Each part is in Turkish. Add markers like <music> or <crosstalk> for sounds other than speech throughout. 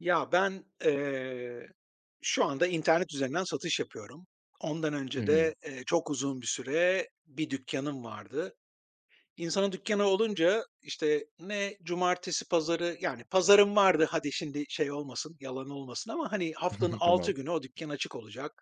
Ya, ben, şu anda internet üzerinden satış yapıyorum. Ondan Hı önce hı. de, çok uzun bir süre bir dükkanım vardı. İnsanın dükkânı olunca, işte, ne cumartesi, pazarı yani pazarım vardı, hadi şimdi şey olmasın, yalan olmasın ama, hani, haftanın <laughs> altı Tamam. günü o dükkan açık olacak.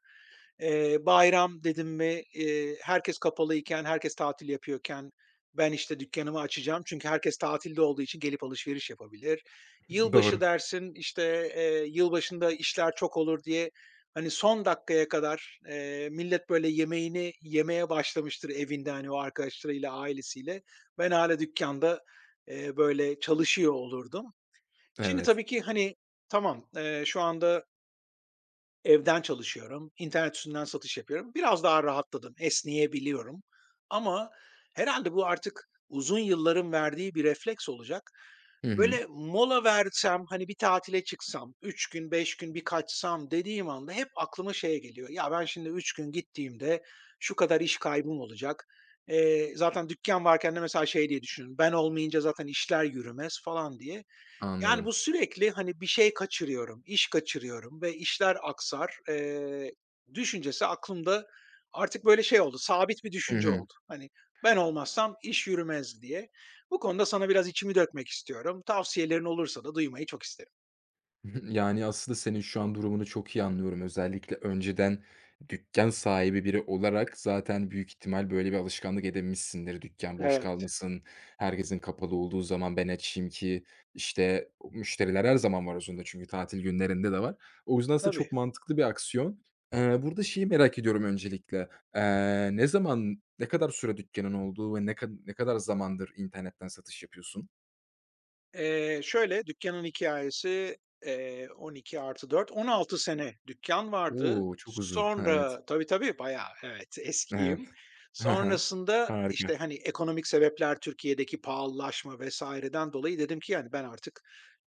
Bayram dedim mi, herkes kapalı iken herkes tatil yapıyorken ben, işte, dükkanımı açacağım çünkü herkes tatilde olduğu için gelip alışveriş yapabilir. <laughs> Yılbaşı Doğru. dersin, işte, yılbaşında işler çok olur diye, hani, son dakikaya kadar, millet böyle yemeğini yemeye başlamıştır evinde, hani, o arkadaşlarıyla, ailesiyle. Ben hala dükkânda, böyle çalışıyor olurdum. Şimdi Evet. tabii ki, hani, tamam, şu anda evden çalışıyorum, internet üstünden satış yapıyorum. Biraz daha rahatladım, esneyebiliyorum ama herhalde bu artık uzun yılların verdiği bir refleks olacak. Hı hı. Böyle mola versem, hani, bir tatile çıksam, 3 gün, 5 gün bir kaçsam dediğim anda hep aklıma şey geliyor. Ya, ben şimdi 3 gün gittiğimde şu kadar iş kaybım olacak. Zaten dükkan varken de mesela şey diye düşünün, ben olmayınca zaten işler yürümez falan diye. Yani, bu Anladım. sürekli, hani, bir şey kaçırıyorum, iş kaçırıyorum ve işler aksar, düşüncesi aklımda artık böyle şey oldu, sabit bir Hı düşünce hı. oldu. Hani, ben olmazsam iş yürümez diye. Bu konuda sana biraz içimi dökmek istiyorum. Tavsiyelerin olursa da duymayı çok isterim. <laughs> Yani, aslında senin şu an durumunu çok iyi anlıyorum. Özellikle önceden dükkân sahibi biri olarak zaten büyük ihtimal böyle bir alışkanlık edinmişsindir. Dükkân boş Evet. kalmasın, herkesin kapalı olduğu zaman ben açayım ki, işte, müşteriler her zaman var özünde çünkü tatil günlerinde de var. O yüzden aslında Tabii. çok mantıklı bir aksiyon. Burada şeyi merak ediyorum öncelikle. Ne zaman, ne kadar süre dükkânın olduğu ve ne kadar zamandır internetten satış yapıyorsun? Şöyle, dükkânın hikâyesi, 12 artı dört, 16 sene dükkan vardı. Oo, çok uzun. Ha, evet. Sonra tabii, tabii, bayağı, evet, <laughs> eskiyim. Evet. Hı hı. Sonrasında, işte, Harika. hani, ekonomik sebepler, Türkiye'deki pahalılaşma vesaireden dolayı dedim ki, yani, ben artık,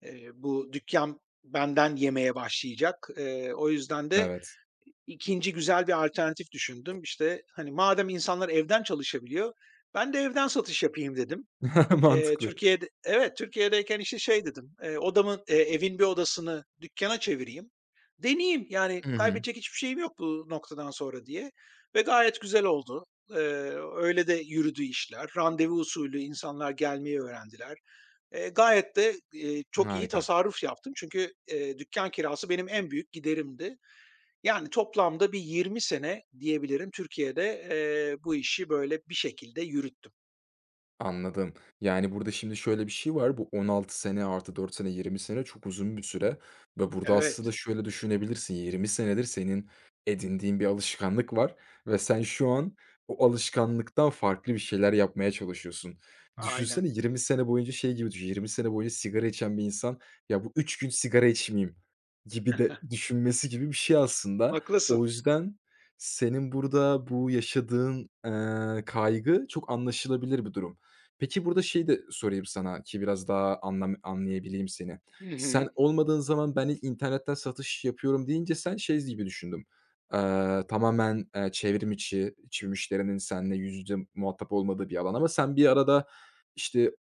bu dükkan benden yemeye başlayacak. O yüzden de Evet. ikinci güzel bir alternatif düşündüm. İşte, hani, madem insanlar evden çalışabiliyor, ben de evden satış yapayım dedim. <laughs> Mantıklı. Türkiye'de evet, Türkiye'deyken, işte, şey dedim, odamın, evin bir odasını dükkâna çevireyim, deneyeyim, yani, Hı hı. kaybedecek hiçbir şeyim yok bu noktadan sonra diye ve gayet güzel oldu. Eee, Öyle de yürüdü işler. Randevu usulü insanlar gelmeyi öğrendiler. Gayet de, çok iyi Harika. tasarruf yaptım çünkü, dükkân kirası benim en büyük giderimdi. Yani, toplamda bir 20 sene diyebilirim Türkiye'de, bu işi, böyle, bir şekilde yürüttüm. Anladım. Yani, burada şimdi şöyle bir şey var. Bu 16 sene artı 4 sene, 20 sene çok uzun bir süre ve burada aslında Evet, şöyle düşünebilirsin. 20 senedir senin edindiğin bir alışkanlık var ve sen şu an o alışkanlıktan farklı bir şeyler yapmaya çalışıyorsun. aynen. Düşünsene 20 sene boyunca şey gibi düşün. 20 sene boyunca sigara içen bir insan, "Ya, bu 3 gün sigara içmeyeyim." gibi de düşünmesi gibi bir şey aslında. Haklısın. O yüzden senin burada bu yaşadığın, kaygı çok anlaşılabilir bir durum. Peki, burada şeyi de sorayım sana ki biraz daha anlayabileyim seni. Hı hı. Sen olmadığın zaman ben ilk internetten satış yapıyorum deyince sen şey gibi düşündüm. Tamamen, çevrim içi, müşterinin seninle yüz yüze muhatap olmadığı bir alan ama sen bir arada, işte,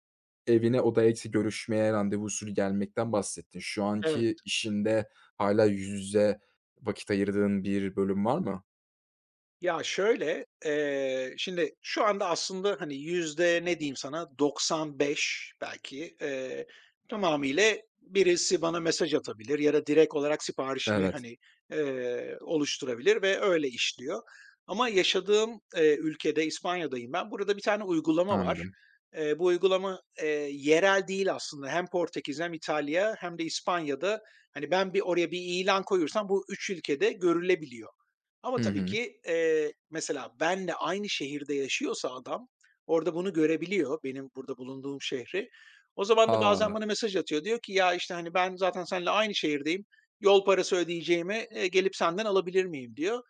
evine, odaya, işte, görüşmeye, randevu usulü gelmekten bahsettin. Şu Evet. anki işinde hala yüz yüze vakit ayırdığın bir bölüm var mı? Ya, şöyle, şimdi şu anda aslında, hani, yüzde ne diyeyim sana, 95 belki, tamamıyla birisi bana mesaj atabilir ya da direkt olarak siparişini, Evet, hani, oluşturabilir ve öyle işliyor. Ama yaşadığım, ülkede, İspanya'dayım ben. Burada bir tane uygulama var. anladım. Bu uygulama, yerel değil aslında. Hem Portekiz hem İtalya hem de İspanya'da, hani, ben bir oraya bir ilan koyursam bu 3 ülkede görülebiliyor. Ama Hı tabii hı. ki, mesela benle aynı şehirde yaşıyorsa adam, orada bunu görebiliyor, benim burada bulunduğum şehri. O zaman da bazen A! bana mesaj atıyor. Diyor ki, "Ya, işte, hani, ben zaten seninle aynı şehirdeyim. Yol parası ödeyeceğime, gelip senden alabilir miyim?" diyor.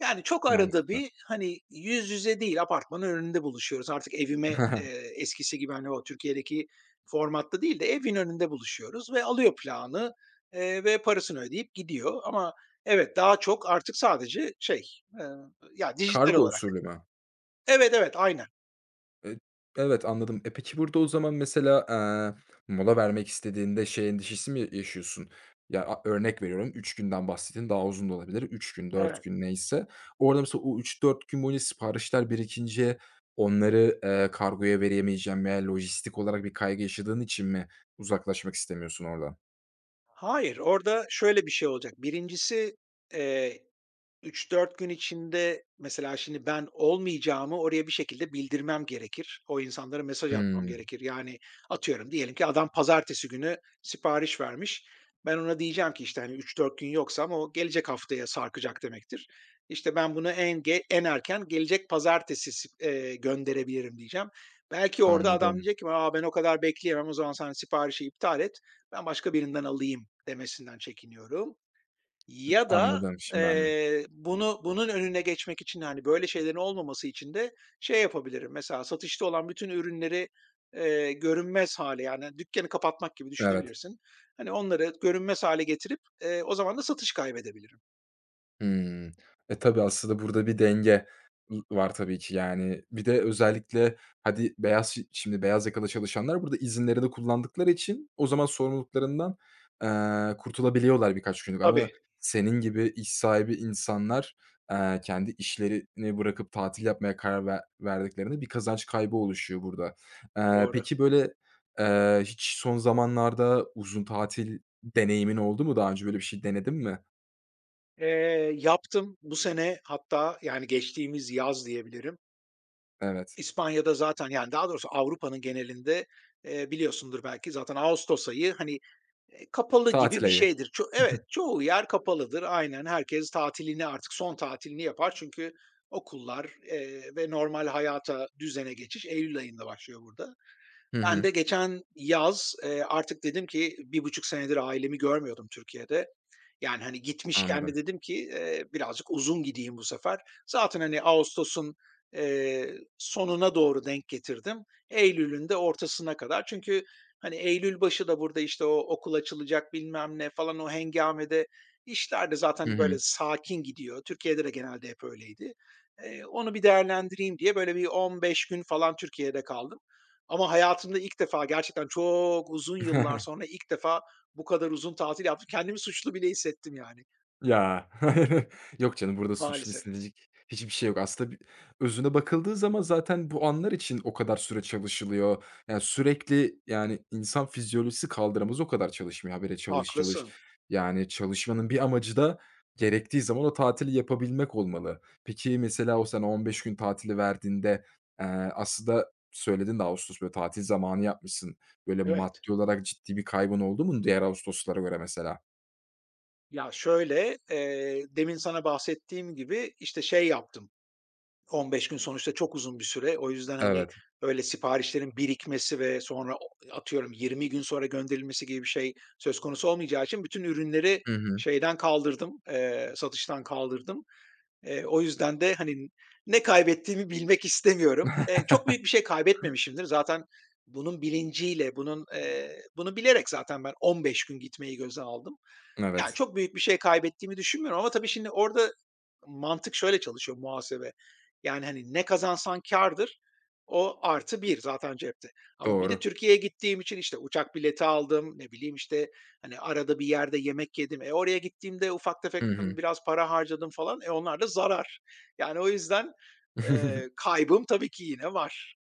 Yani çok arada Mantıklı. bir, hani, yüz yüze değil, apartmanın önünde buluşuyoruz. Artık evime, <laughs> eskisi gibi, hani, o Türkiye'deki formatta değil de evin önünde buluşuyoruz ve alıyor plağını, ve parasını ödeyip gidiyor. Ama evet, daha çok artık sadece şey, eee, ya, dijital Kargo olarak. usulü mü? Evet, evet, aynen. Eee, evet, anladım. E, peki burada o zaman mesela, mola vermek istediğinde şey endişesi mi yaşıyorsun? Ya, a Örnek veriyorum, 3 günden bahsettin, daha uzun da olabilir. Üç gün, dört Evet. gün neyse. Orada mesela o 3 4 gün boyunca siparişler birikince onları, kargoya veremeyeceğim veya lojistik olarak bir kaygı yaşadığın için mi uzaklaşmak istemiyorsun oradan? Hayır, orada şöyle bir şey olacak. Birincisi eee 3-4 gün içinde mesela şimdi ben olmayacağımı oraya bir şekilde bildirmem gerekir. O insanlara mesaj atmam Hımm, gerekir. Yani atıyorum diyelim ki adam pazartesi günü sipariş vermiş. Ben ona diyeceğim ki işte hani 3-4 gün yoksa ama o gelecek haftaya sarkacak demektir. İşte ben bunu en erken gelecek pazartesi gönderebilirim diyeceğim. Belki orada adam anladım. diyecek ki aa, ben o kadar bekleyemem, o zaman sen siparişi iptal et. Ben başka birinden alayım demesinden çekiniyorum. Ya da, Anladım, şimdi anladım. Bunu bunun önüne geçmek için, hani, böyle şeylerin olmaması için de şey yapabilirim, mesela satışta olan bütün ürünleri, görünmez hale yani, dükkânı kapatmak gibi Evet. düşünebilirsin. Hani, onları görünmez hale getirip, o zaman da satış kaybedebilirim. Hımm. E, tabii aslında burada bir denge var tabii ki, yani. Bir de özellikle hadi beyaz şi şimdi beyaz yakalı çalışanlar burada izinlerini kullandıkları için o zaman sorumluluklarından, kurtulabiliyorlar birkaç günlük ama Tabii, senin gibi iş sahibi insanlar, kendi işlerini bırakıp tatil yapmaya karar verdiklerinde bir kazanç kaybı oluşuyor burada. Doğru. Peki, böyle, hiç son zamanlarda uzun tatil deneyimin oldu mu? Daha önce böyle bir şey denedin mi? Yaptım bu sene hatta, yani, geçtiğimiz yaz diyebilirim. Evet. İspanya'da zaten yani daha doğrusu Avrupa'nın genelinde, biliyorsundur belki zaten ağustos ayı, hani, kapalı gibi Tatil bir ayı. şeydir. Evet, çoğu yer kapalıdır. Aynen, herkes tatilini artık son tatilini yapar. Çünkü okullar, ve normal hayata, düzene geçiş eylül ayında başlıyor burada. Hı Ben hı. de geçen yaz, artık dedim ki 1,5 senedir ailemi görmüyordum Türkiye'de. Yani, hani, gitmişken de Anladım. dedim ki, birazcık uzun gideyim bu sefer. Zaten, hani, ağustosun, sonuna doğru denk getirdim. Eylül'ün de ortasına kadar. Çünkü, hani, eylül başı da burada, işte, o okul açılacak bilmem ne falan o hengamede işler de Hı zaten böyle hı. sakin gidiyor. Türkiye'de de genelde hep öyleydi. Onu bir değerlendireyim diye böyle bir 15 gün falan Türkiye'de kaldım. Ama hayatımda ilk defa gerçekten çok uzun yıllar <laughs> sonra ilk defa bu kadar uzun tatil yaptım. Kendimi suçlu bile hissettim yani Ya, <laughs> yok canım, burada suçlu maalesef. hissedilecek hiçbir şey yok. Aslında özüne bakıldığı zaman zaten bu anlar için o kadar süre çalışılıyor. Yani, sürekli, yani, insan fizyolojisi kaldıramaz o kadar çalışmıyor, habire çalış, çalış. Haklısın. Yani, çalışmanın bir amacı da gerektiği zaman o tatili yapabilmek olmalı. Peki, mesela o sana 15 gün tatili verdiğinde, eee, aslında söyledin de ağustos böyle tatil zamanı yapmışsın. Böyle Evet. maddi olarak ciddi bir kaybın oldu mu diğer ağustoslara göre mesela? Ya, şöyle, demin sana bahsettiğim gibi, işte, şey yaptım. 15 gün sonuçta çok uzun bir süre. O yüzden, hani, Evet. öyle siparişlerin birikmesi ve sonra o atıyorum 20 gün sonra gönderilmesi gibi bir şey söz konusu olmayacağı için bütün ürünleri Hı hı. şeyden kaldırdım, satıştan kaldırdım. O yüzden de, hani, ne kaybettiğimi bilmek istemiyorum. Çok büyük bir şey kaybetmemişimdir. Zaten bunun bilinciyle, bunun, bunu bilerek zaten ben 15 gün gitmeyi göze aldım. Yani, Evet. çok büyük bir şey kaybettiğimi düşünmüyorum ama tabii şimdi orada mantık şöyle çalışıyor muhasebe. Yani, hani, ne kazansan kârdır, o artı bir zaten cepte. Ama bir de Doğru. Türkiye'ye gittiğim için, işte, uçak bileti aldım, ne bileyim, işte, hani, arada bir yerde yemek yedim. E, oraya gittiğimde ufak tefek Hı tabii hı. biraz para harcadım falan. E, onlar da zarar. Yani, o yüzden, <laughs> kaybım tabii ki yine var.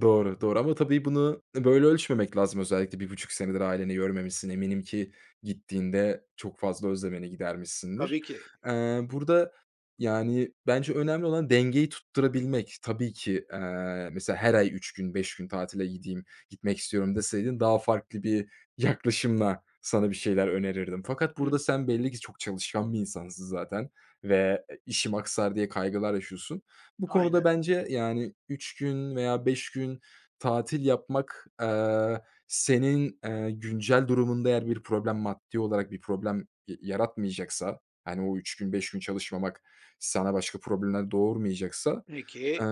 Doğru, doğru ama tabii bunu böyle ölçmemek lazım. Özellikle bir buçuk senedir aileni görmemişsin. Eminim ki gittiğinde çok fazla özlemeni gidermişsindir. Tabii ki. Burada, yani, bence önemli olan dengeyi tutturabilmek. Tabii ki, mesela her ay 3 gün, 5 gün tatile gideyim, gitmek istiyorum deseydin daha farklı bir yaklaşımla sana bir şeyler önerirdim. Fakat burada Hı, sen belli ki çok çalışkan bir insansın zaten ve, işim aksar diye kaygılar yaşıyorsun. Bu aynen. konuda bence, yani, 3 gün veya 5 gün tatil yapmak, senin, güncel durumunda eğer bir problem, maddi olarak bir problem yaratmayacaksa, hani, o 3 gün, 5 gün çalışmamak sana başka problemler doğurmayacaksa, eee, Peki,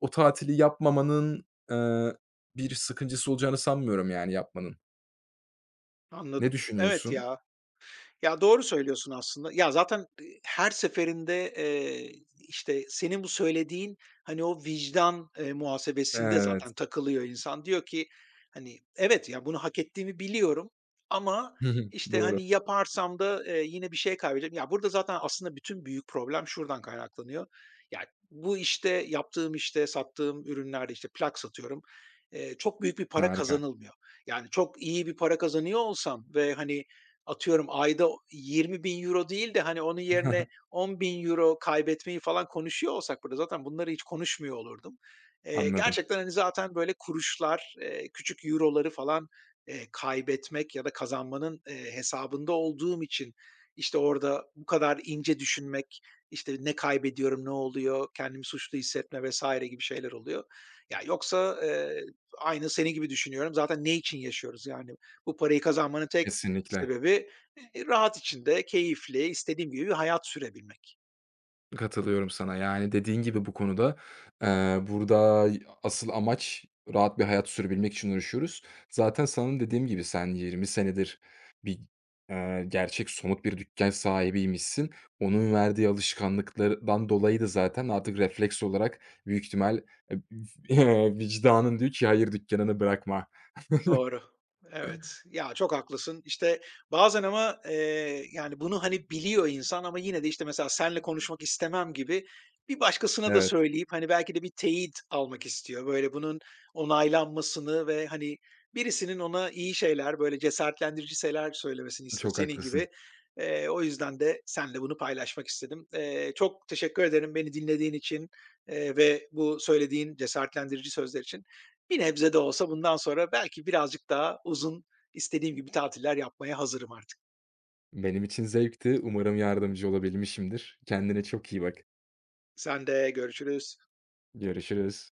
o tatili yapmamanın, eee, bir sıkıntısı olacağını sanmıyorum, yani, yapmanın. anladım. Ne Evet düşünüyorsun? ya. Ya, doğru söylüyorsun aslında. Ya, zaten, her seferinde, işte, senin bu söylediğin, hani, o vicdan, muhasebesinde Evet. zaten takılıyor insan. Diyor ki, hani, evet, ya, bunu hak ettiğimi biliyorum ama, <laughs> işte, Doğru. hani, yaparsam da, yine bir şey kaybedeceğim. Ya, burada zaten aslında bütün büyük problem şuradan kaynaklanıyor. Ya, bu işte, yaptığım işte, sattığım ürünlerde, işte, plak satıyorum, çok büyük bir para Harika. kazanılmıyor. Yani, çok iyi bir para kazanıyor olsam ve, hani, atıyorum ayda 20.000 euro değil de, hani, onun yerine <laughs> 10.000 euro kaybetmeyi falan konuşuyor olsak burada zaten bunları hiç konuşmuyor olurdum. Anladım. Gerçekten, hani, zaten böyle kuruşlar, küçük euroları falan, kaybetmek ya da kazanmanın, hesabında olduğum için, işte, orada bu kadar ince düşünmek, işte, ne kaybediyorum, ne oluyor, kendimi suçlu hissetme vesaire gibi şeyler oluyor. Ya, yoksa, aynı seni gibi düşünüyorum. Zaten ne için yaşıyoruz? Yani, bu parayı kazanmanın tek Kesinlikle. sebebi, rahat içinde, keyifli, istediğim gibi bir hayat sürebilmek. Katılıyorum sana. Yani, dediğin gibi bu konuda, burada asıl amaç rahat bir hayat sürebilmek için uğraşıyoruz. Zaten sana dediğim gibi sen 20 senedir bir, gerçek somut bir dükkan sahibiymişsin. Onun verdiği alışkanlıklardan dolayı da zaten artık refleks olarak büyük ihtimal, e <laughs> vicdanın diyor ki hayır dükkanını bırakma. Doğru. Evet. Ya, çok haklısın. İşte, bazen ama, yani, bunu, hani, biliyor insan ama yine de, işte, mesela senle konuşmak istemem gibi bir başkasına da Evet, söyleyip, hani, belki de bir teyit almak istiyor. Böyle bunun onaylanmasını ve, hani, birisinin ona iyi şeyler, böyle cesaretlendirici şeyler söylemesini istiyor çok senin gibi. haklısın. O yüzden de senle bunu paylaşmak istedim. Çok teşekkür ederim beni dinlediğin için, ve bu söylediğin cesaretlendirici sözler için. Bir nebze de olsa bundan sonra belki birazcık daha uzun, istediğim gibi tatiller yapmaya hazırım artık. Benim için zevkti. Umarım yardımcı olabilmişimdir. Kendine çok iyi bak. Sen de görüşürüz. Görüşürüz.